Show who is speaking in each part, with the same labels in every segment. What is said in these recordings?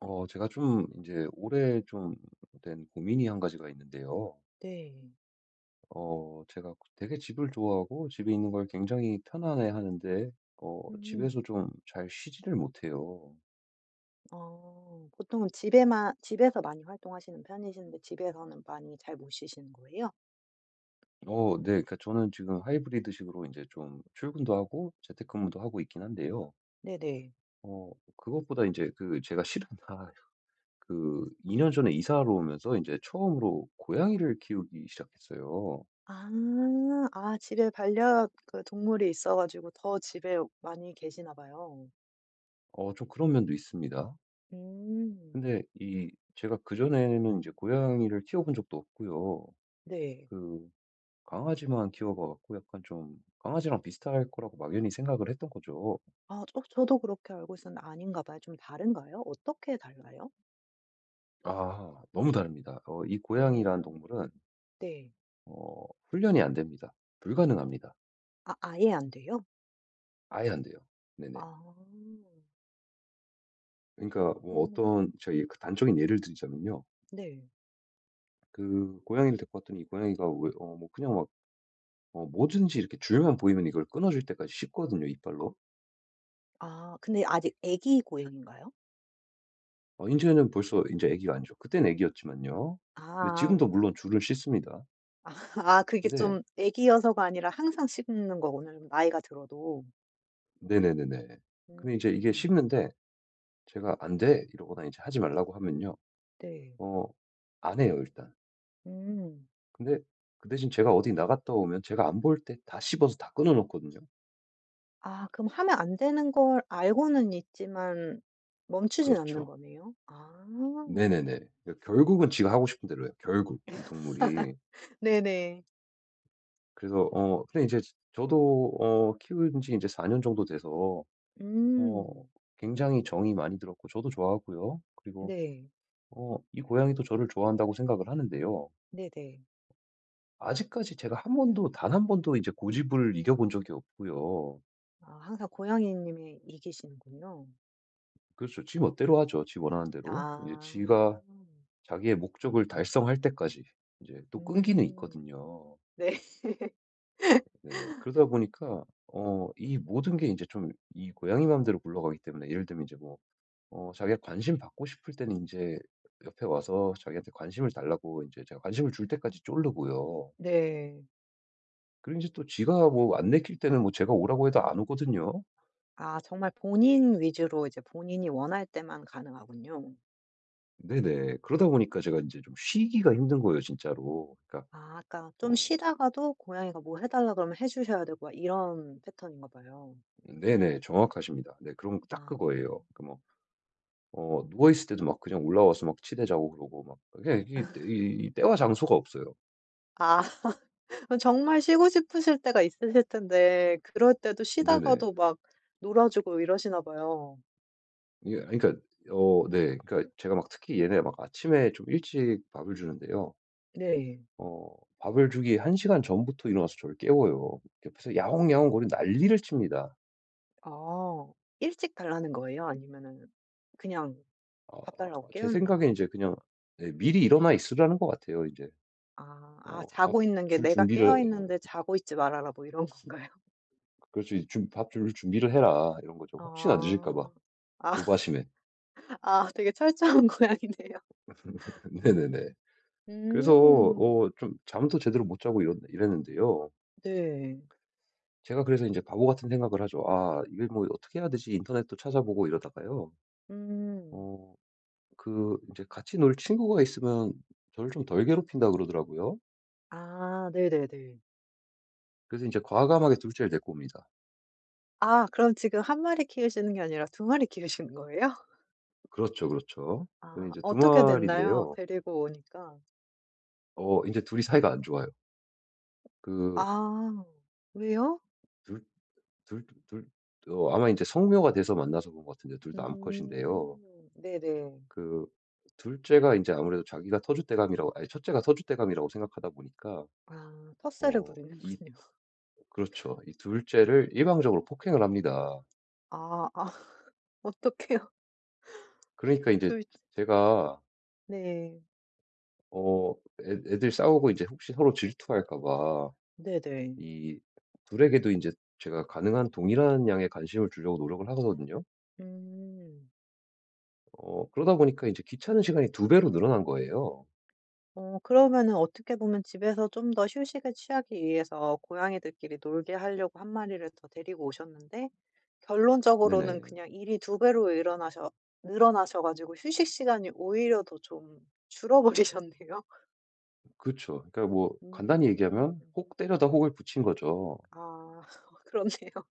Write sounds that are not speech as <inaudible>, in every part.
Speaker 1: 제가 좀 이제 올해 좀 된 고민이 한 가지가 있는데요.
Speaker 2: 네.
Speaker 1: 제가 그 되게 집을 좋아하고 집에 있는 걸 굉장히 편안해 하는데,
Speaker 2: 음.
Speaker 1: 집에서 좀 잘 쉬지를 못해요.
Speaker 2: 보통은 집에만 집에서 많이 활동하시는 편이신데 집에서는 많이 잘 못 쉬시는 거예요?
Speaker 1: 어, 네. 그러니까 저는 지금 하이브리드식으로 이제 좀 출근도 하고 재택근무도 하고 있긴 한데요.
Speaker 2: 네네.
Speaker 1: 그것보다 이제 그 제가 실은 <laughs> 그 2년 전에 이사를 오면서 이제 처음으로 고양이를 키우기 시작했어요.
Speaker 2: 아. 아 집에 반려 그 동물이 있어 가지고 더 집에 많이 계시나 봐요.
Speaker 1: 어, 좀 그런 면도 있습니다.
Speaker 2: 음.
Speaker 1: 근데 이 제가 그전에는 이제 고양이를 키워본 적도 없고요.
Speaker 2: 네.
Speaker 1: 그 강아지만 키워봐 갖고 약간 좀 강아지랑 비슷할 거라고 막연히 생각을 했던 거죠.
Speaker 2: 아 저도 그렇게 알고 있었는데 아닌가 봐요. 좀 다른가요? 어떻게 달라요?
Speaker 1: 아, 너무 다릅니다. 어, 이 고양이라는
Speaker 2: 오,
Speaker 1: 동물은
Speaker 2: 네.
Speaker 1: 훈련이 안 됩니다. 불가능합니다.
Speaker 2: 아 아예 안 돼요?
Speaker 1: 아예 안 돼요. 네네.
Speaker 2: 아.
Speaker 1: 그러니까 뭐
Speaker 2: 음,
Speaker 1: 어떤 저희 그 단적인 예를 드리자면요.
Speaker 2: 네.
Speaker 1: 그 고양이를 데리고 왔더니 이 고양이가 왜, 뭐 그냥 막 뭐든지 이렇게 줄만 보이면 이걸 끊어줄 때까지 씹거든요, 이빨로.
Speaker 2: 아 근데 아직 애기 고양인가요?
Speaker 1: 어 이제는 벌써 이제 아기가 아니죠. 그땐 아기였지만요. 근데
Speaker 2: 아.
Speaker 1: 지금도 물론 줄을 씻습니다.
Speaker 2: 아 <laughs> 아, 그게
Speaker 1: 근데
Speaker 2: 좀 애기여서가 아니라 항상 식는 거구나 좀 나이가 들어도.
Speaker 1: 네네네네. 근데 이제 이게
Speaker 2: 음.
Speaker 1: 씻는데 제가 "안 돼." 이러거나 이제 하지 말라고 하면요.
Speaker 2: 네.
Speaker 1: 어 안 해요 일단.
Speaker 2: 음.
Speaker 1: 근데 그 대신 제가 어디 나갔다 오면 제가 안 볼 때 다 씹어서 다 끊어 놓거든요.
Speaker 2: 아 그럼 하면 안 되는 걸 알고는 있지만 멈추진 않는
Speaker 1: 그렇죠.
Speaker 2: 거네요. 아.
Speaker 1: 네네네. 그러니까 결국은 지가 하고 싶은 대로 해요 결국 이 동물이.
Speaker 2: 네네.
Speaker 1: 그래서 근데 이제 저도 키운 지 이제 4년 정도 돼서 어
Speaker 2: 음.
Speaker 1: 굉장히 정이 많이 들었고 저도 좋아하고요. 그리고
Speaker 2: 네.
Speaker 1: 이 고양이도 저를 좋아한다고 생각을 하는데요.
Speaker 2: 네네.
Speaker 1: 아직까지 제가 한 번도 단 한 번도 이제 고집을 이겨본 적이 없고요.
Speaker 2: 아 항상 고양이 님이 이기시는군요.
Speaker 1: 그렇죠. 지 멋대로 하죠, 지 원하는 대로. 이제
Speaker 2: 아.
Speaker 1: 지가 자기의 목적을 달성할 때까지. 이제 또 끈기는
Speaker 2: 음.
Speaker 1: 있거든요.
Speaker 2: 네. <laughs>
Speaker 1: 네네. 그러다 보니까 이 모든 게 이제 좀 이 고양이 맘대로 굴러가기 때문에 예를 들면 이제 뭐 자기가 관심 받고 싶을 때는 이제 옆에 와서 자기한테 관심을 달라고 이제 제가 관심을 줄 때까지 쫄르고요.
Speaker 2: 네.
Speaker 1: 그리고 이제 또 지가 뭐 안 내킬 때는 뭐 제가 오라고 해도 안 오거든요.
Speaker 2: 아 정말 본인 위주로 이제 본인이 원할 때만 가능하군요.
Speaker 1: 네네. 그러다 보니까 제가 이제 좀 쉬기가 힘든 거예요 진짜로. 그러니까
Speaker 2: 아 그러니까 좀
Speaker 1: 어
Speaker 2: 쉬다가도 고양이가 뭐 해 달라 그러면 해 주셔야 되고 막 이런 패턴인가 봐요.
Speaker 1: 네네. 정확하십니다. 네 그럼 딱
Speaker 2: 아.
Speaker 1: 그거예요. 그 뭐 누워 있을 때도 막 그냥 올라와서 막 치대 자고 그러고 막 그게 이게 이 이 때와 장소가 없어요.
Speaker 2: 아 <laughs> 정말 쉬고 싶으실 때가 있으실 텐데 그럴 때도
Speaker 1: 네네.
Speaker 2: 쉬다가도 막 놀아 주고 이러시나 봐요.
Speaker 1: 이게, 그러니까 네. 그러니까 제가 막 특히 얘네 막 아침에 좀 일찍 밥을 주는데요.
Speaker 2: 네.
Speaker 1: 어 밥을 주기 1시간 시간 전부터 일어나서 저를 깨워요. 옆에서 야옹야옹거리고 난리를 칩니다.
Speaker 2: 아. 일찍 달라는 거예요? 아니면은 그냥
Speaker 1: 어
Speaker 2: 밥 달라고
Speaker 1: 제
Speaker 2: 깨우는
Speaker 1: 생각엔
Speaker 2: 거예요?
Speaker 1: 이제 그냥 네 미리 일어나 있으라는 것 같아요 인제.
Speaker 2: 아. 아
Speaker 1: "밥
Speaker 2: 자고 있는 게
Speaker 1: 줄
Speaker 2: '내가 깨어
Speaker 1: 준비를"
Speaker 2: 있는데 자고 있지 말아라.' 뭐 이런 건가요?
Speaker 1: 그렇죠. 이 준 "밥 줄 준비를 해라." 이런 거죠. 혹시나 늦을까 봐
Speaker 2: 아. 아 <laughs>
Speaker 1: 조바심에.
Speaker 2: 아 되게 철저한 <laughs> 고양이네요.
Speaker 1: <laughs> 네네네. 그래서
Speaker 2: 음.
Speaker 1: 좀 잠도 제대로 못 자고 이런 이랬는데요.
Speaker 2: 네.
Speaker 1: 제가 그래서 이제 바보 같은 생각을 하죠. '아 이걸 뭐 어떻게 해야 되지?' 인터넷도 찾아보고 이러다가요.
Speaker 2: 음.
Speaker 1: 어 이제 같이 놀 친구가 있으면 저를 좀 덜 괴롭힌다 그러더라고요.
Speaker 2: 아 네네네.
Speaker 1: 그래서 이제 과감하게 둘 째를 데리고 옵니다.
Speaker 2: 아 그럼 지금 한 마리 키우시는 게 아니라 두 마리 키우시는 거예요?
Speaker 1: 그렇죠, 그렇죠. 근데 이
Speaker 2: 아
Speaker 1: 제 두
Speaker 2: 어떻게 됐나요?
Speaker 1: 마리인데요.
Speaker 2: 데리고 오니까.
Speaker 1: 어 이제 둘이 사이가 안 좋아요. 그
Speaker 2: 아 왜요?
Speaker 1: 둘 둘 둘 어 아마 이제 성묘가 돼서 만나서 본 것 같은데 둘 다 암컷인데요.
Speaker 2: 네네.
Speaker 1: 그 둘 째가 이제 아무래도 자기가 터줏대감이라고 아니 째가 터줏대감이라고 생각하다 보니까
Speaker 2: 아 텃세를
Speaker 1: 어이
Speaker 2: 부리는군요.
Speaker 1: 그렇죠. 이 둘째를 일방적으로 폭행을 합니다.
Speaker 2: 아 아 <laughs> 어떡해요.
Speaker 1: 그러니까 인제
Speaker 2: 둘
Speaker 1: 제가
Speaker 2: 네.
Speaker 1: 어 애 애들 싸우고 이제 혹시 서로 질투할까 봐
Speaker 2: 네네.
Speaker 1: 이 둘에게도 인제 제가 가능한 동일한 양의 관심을 주려고 노력을 하거든요.
Speaker 2: 음.
Speaker 1: 그러다 보니까 인제 귀찮은 시간이 두 배로 늘어난 거예요.
Speaker 2: 어 그러면은 어떻게 보면 집에서 좀 더 휴식을 취하기 위해서 고양이들끼리 놀게 하려고 한 마리를 더 데리고 오셨는데 결론적으로는
Speaker 1: 네네.
Speaker 2: 그냥 일이 두 배로 일어나셔 늘어나셔 가지고 휴식 시간이 오히려 더 좀 줄어버리셨네요. <laughs>
Speaker 1: 그쵸. 그러니까 뭐 간단히
Speaker 2: 음.
Speaker 1: 얘기하면 혹 때려다 혹을 붙인 거죠.
Speaker 2: 아 <laughs> 그렇네요.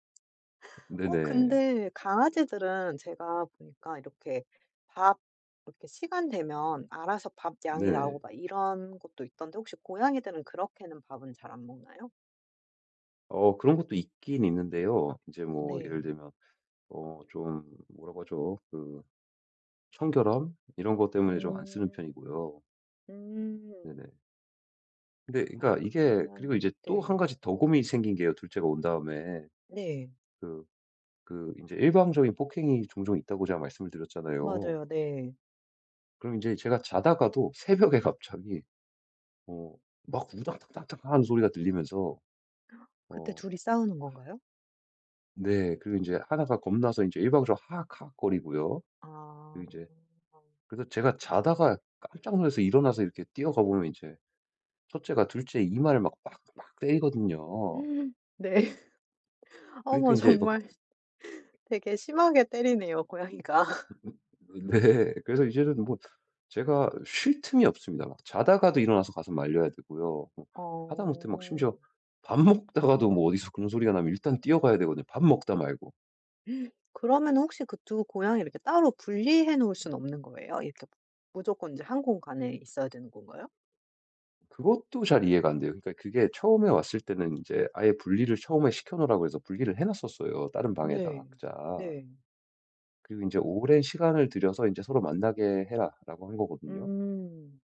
Speaker 2: 어
Speaker 1: 네네.
Speaker 2: 근데 강아지들은 제가 보니까 이렇게 밥 이렇게 시간 되면 알아서 밥 양이
Speaker 1: 네네.
Speaker 2: 나오고 막 이런 것도 있던데 혹시 고양이들은 그렇게는 밥은 잘 안 먹나요?
Speaker 1: 그런 것도 있긴 있는데요. 인제 뭐 예를
Speaker 2: 네.
Speaker 1: 들면 좀 뭐라고 하죠? 청결함 이런 것 때문에 좀 안 쓰는
Speaker 2: 음.
Speaker 1: 편이고요. 네네.
Speaker 2: 음.
Speaker 1: 근데
Speaker 2: 아
Speaker 1: 그러니까 이게
Speaker 2: 그러면
Speaker 1: 그리고 이제 또 한
Speaker 2: 네.
Speaker 1: 가지 더 고민이 생긴 게요, 둘째가 온 다음에.
Speaker 2: 네.
Speaker 1: 그 인제 일방적인 폭행이 종종 있다고 제가 말씀을 드렸잖아요.
Speaker 2: 맞아요. 네.
Speaker 1: 그럼 인제 제가 자다가도 새벽에 <laughs> 갑자기 어 막 우당탕탕탕 하는 소리가 들리면서
Speaker 2: 그때
Speaker 1: 어
Speaker 2: 둘이 싸우는 건가요?
Speaker 1: 네 그리고 인제 하나가 겁나서 인제 일방적으로 하악하악 거리고요. 그리고
Speaker 2: 아.
Speaker 1: 인제 그래서 제가 자다가 깜짝 놀라서 일어나서 이렇게 뛰어가 보면 인제 첫 째가 둘째 이마를 막 빡빡 때리거든요.
Speaker 2: 네. <laughs>
Speaker 1: 그러니까
Speaker 2: 어머
Speaker 1: 인제 막
Speaker 2: 정말 되게 심하게 때리네요 고양이가. <laughs>
Speaker 1: 네. 그래서 이제는 뭐 제가 쉴 틈이 없습니다. 막 자다가도 일어나서 가서 말려야 되고요. 뭐 하다못해 막
Speaker 2: 어.
Speaker 1: 심지어 밥 먹다가도 뭐 어디서 그런 소리가 나면 일단 뛰어가야 되거든요, 밥 먹다 말고.
Speaker 2: 그러면 혹시 그 두 고양이 이렇게 따로 분리해 놓을 수는 없는 거예요? 이렇게 무조건 이제 한 공간에 있어야 되는 건가요?
Speaker 1: 그것도 잘 이해가 안 돼요. 그러니까 그게 처음에 왔을 때는 인제 아예 분리를 처음에 시켜 놓으라고 해서 분리를 해 놨었어요, 다른 방에다가
Speaker 2: 네.
Speaker 1: 각자.
Speaker 2: 네.
Speaker 1: 그리고 인제 "오랜 시간을 들여서 인제 서로 만나게 해라."라고 한 거거든요.
Speaker 2: 음.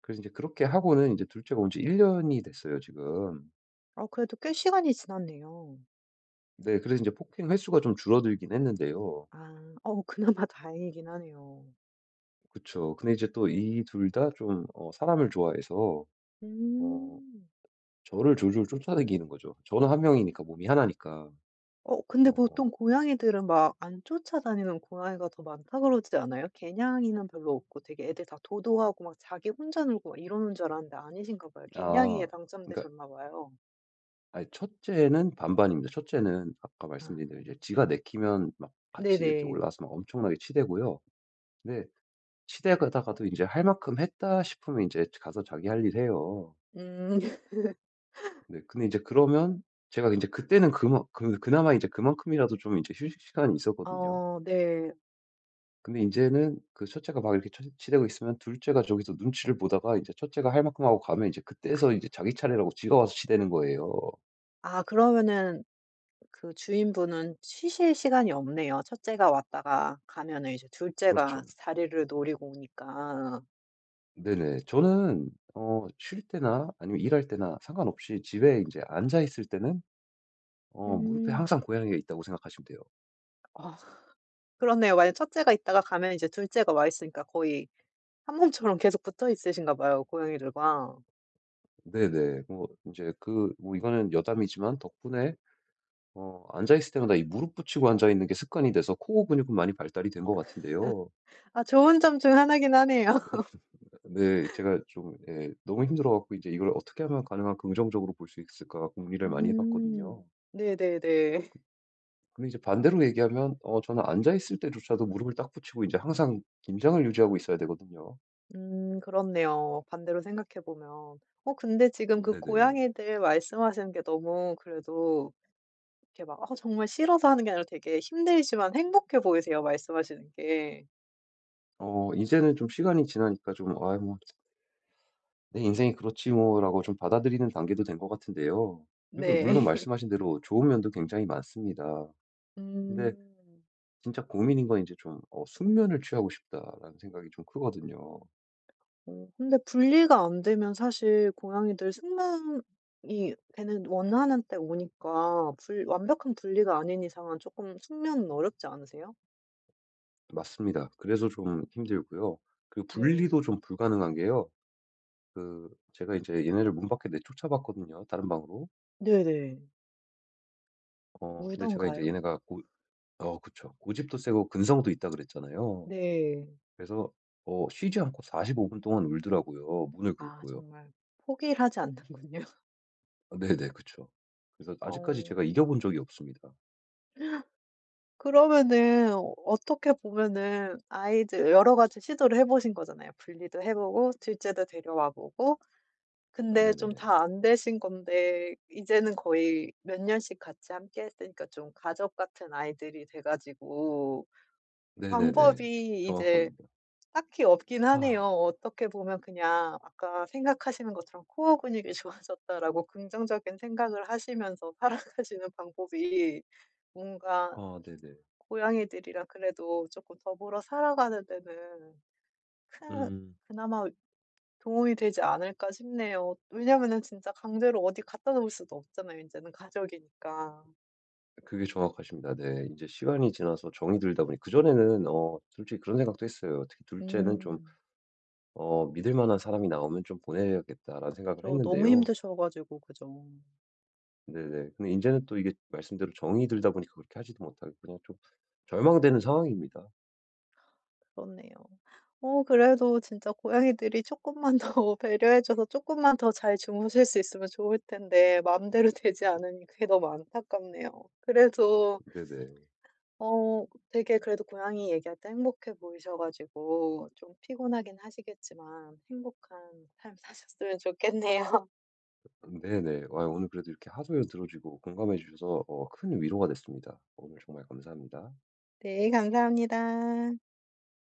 Speaker 1: 그래서 인제 그렇게 하고는 인제 둘째가 온 지 1년 년이 됐어요, 지금.
Speaker 2: 아 그래도 꽤 시간이 지났네요.
Speaker 1: 네. 그래서 이제 폭행 횟수가 좀 줄어들긴 했는데요.
Speaker 2: 아. 어 그나마 <laughs> 다행이긴 하네요.
Speaker 1: 그쵸. 근데 이제 또 이 둘 다 좀 사람을 좋아해서 어
Speaker 2: 음.
Speaker 1: 저를 졸졸 쫓아다니는 거죠. 저는 한 명이니까 몸이 하나니까.
Speaker 2: 어 근데
Speaker 1: 어
Speaker 2: 보통 고양이들은 막 안 쫓아다니는 고양이가 더 많다 그러지 않아요? 개냥이는 별로 없고 되게 애들 다 도도하고 막 자기 혼자 놀고 막 이러는 줄 알았는데 아니신가 봐요.
Speaker 1: 아
Speaker 2: 개냥이에
Speaker 1: 그러니까
Speaker 2: 당첨되셨나 봐요.
Speaker 1: 아니 첫째는 반반입니다. 첫째는 아까
Speaker 2: 아.
Speaker 1: 말씀드린 대로 이제 지가 내키면 막 같이 이렇게
Speaker 2: 네네.
Speaker 1: 올라와서 막 엄청나게 치대고요. 근데 치대다가도 이제 할 만큼 했다 싶으면 이제 가서 자기 할 일 해요.
Speaker 2: 음. <laughs>
Speaker 1: 네. 근데 이제 그러면 제가 이제 그때는 그만 그 그나마 이제 그만큼이라도 좀 이제 휴식 시간이 있었거든요.
Speaker 2: 어 네.
Speaker 1: 근데 인제는 그 첫째가 막 이렇게 처지치대고 있으면 둘째가 저기서 눈치를 보다가 이제 첫째가 할 만큼 하고 가면 이제 그때서 이제 자기 차례라고 지가 와서 치대는 거예요.
Speaker 2: 아 그러면은 그 주인분은 쉬실 시간이 없네요. 첫 째가 왔다가 가면은 이제 둘 째가
Speaker 1: 그렇죠.
Speaker 2: 자리를 노리고 오니까.
Speaker 1: 네네. 저는 쉴 때나 아니면 일할 때나 상관없이 집에 인제 앉아 있을 때는 무릎에 항상
Speaker 2: 음.
Speaker 1: 고양이가 있다고 생각하시면 돼요.
Speaker 2: 아. 그렇네요. 만약 첫째가 있다가 가면 이제 둘째가 와 있으니까 거의 한 몸처럼 계속 붙어 있으신가 봐요, 고양이들과.
Speaker 1: 네네. 뭐 인제 그 뭐 이거는 여담이지만 덕분에 앉아 있을 때마다 이 무릎 붙이고 앉아 있는 게 습관이 돼서 코어 근육은 많이 발달이 된 것 같은데요.
Speaker 2: 아 좋은 점 중 하나긴 하네요. <laughs>
Speaker 1: 네 제가 좀 예 너무 힘들어 갖고 이제 이걸 어떻게 하면 가능한 긍정적으로 볼 수 있을까 고민을 많이 해 봤거든요.
Speaker 2: 음. 네네네.
Speaker 1: 근데 이제 반대로 얘기하면 저는 앉아 있을 때조차도 무릎을 딱 붙이고 이제 항상 긴장을 유지하고 있어야 되거든요.
Speaker 2: 그렇네요, 반대로 생각해 보면. 어 근데 지금 그
Speaker 1: 네네.
Speaker 2: 고양이들 말씀하시는 게 너무 그래도 이렇게 막 정말 싫어서 하는 게 아니라 되게 힘들지만 행복해 보이세요, 말씀하시는 게.
Speaker 1: 이제는 좀 시간이 지나니까 좀 아 뭐 내 인생이 그렇지 뭐.'라고 좀 받아들이는 단계도 된 것 같은데요. 그리고 물론
Speaker 2: 네. <laughs>
Speaker 1: 말씀하신 대로 좋은 면도 굉장히 많습니다. 근데
Speaker 2: 음.
Speaker 1: 진짜 고민인 건 이제 좀 '숙면을 취하고 싶다.'라는 생각이 좀 크거든요.
Speaker 2: 어 근데 분리가 안 되면 사실 고양이들 숙면이 걔는 원하는 때 오니까 불 완벽한 분리가 아닌 이상은 조금 숙면은 어렵지 않으세요?
Speaker 1: 맞습니다. 그래서 좀 힘들고요. 그 분리도
Speaker 2: 네.
Speaker 1: 좀 불가능한 게요. 그 제가 이제 얘네를 문 밖에 내쫓아 봤거든요, 다른 방으로.
Speaker 2: 네네.
Speaker 1: 어 근데 제가 이제
Speaker 2: 울던가요?
Speaker 1: 얘네가 고 어 그쵸. 고집도 세고 근성도 있다 그랬잖아요.
Speaker 2: 네.
Speaker 1: 그래서 쉬지 않고 45분 동안 울더라고요, 문을
Speaker 2: 아
Speaker 1: 긁고요.
Speaker 2: 정말 포기를 하지 않는군요. <laughs>
Speaker 1: 아 네네. 그쵸. 그래서 아직까지 제가
Speaker 2: 어
Speaker 1: 이겨 본 적이 없습니다.
Speaker 2: 그러면은 어떻게 보면은 아이들 여러 가지 시도를 해 보신 거잖아요. 분리도 해 보고 둘째도 데려와 보고 근데 좀
Speaker 1: 네네.
Speaker 2: 다 안 되신 건데 이제는 거의 몇 년씩 같이 함께 했으니까 좀 가족 같은 아이들이 돼 가지고
Speaker 1: 네네네.
Speaker 2: 방법이 이제
Speaker 1: 정확합니다.
Speaker 2: 딱히 없긴 하네요.
Speaker 1: 아.
Speaker 2: 어떻게 보면 그냥 아까 생각하시는 것처럼 '코어 근육이 <laughs> 좋아졌다.'라고 긍정적인 생각을 하시면서 살아가시는 방법이 뭔가
Speaker 1: 아 네네.
Speaker 2: 고양이들이랑 그래도 쪼끔 더불어 살아가는 데는 큰
Speaker 1: 음.
Speaker 2: 그나마 도움이 되지 않을까 싶네요. 왜냐면은 진짜 강제로 어디 갖다 놓을 수도 없잖아요, 이제는 가족이니까.
Speaker 1: 그게 정확하십니다. 네. 이제 시간이 지나서 정이 들다 보니 그전에는 솔직히 그런 생각도 했어요. 특히 둘째는 좀
Speaker 2: 음.
Speaker 1: '믿을 만한 사람이 나오면 좀 보내야겠다.'라는 생각을
Speaker 2: 그죠. 너무
Speaker 1: 했는데요.
Speaker 2: 힘드셔 가지고 그죠.
Speaker 1: 네네. 근데 인제는 또 이게 말씀대로 정이 들다 보니까 그렇게 하지도 못하고 그냥 좀 절망되는 상황입니다.
Speaker 2: 그렇네요. 어 그래도 진짜 고양이들이 조금만 더 <laughs> 배려해 줘서 조금만 더 잘 주무실 수 있으면 좋을 텐데 마음대로 <laughs> 되지 않으니 그게 너무 안타깝네요. 그래도
Speaker 1: 네네.
Speaker 2: 어 되게 그래도 고양이 얘기할 때 행복해 보이셔 가지고 좀 피곤하긴 하시겠지만 행복한 삶 <laughs> 사셨으면 좋겠네요.
Speaker 1: 네네. 아 오늘 그래도 이렇게 하소연 들어 주시고 공감해 주셔서 큰 위로가 됐습니다. 오늘 정말 감사합니다.
Speaker 2: 네 감사합니다.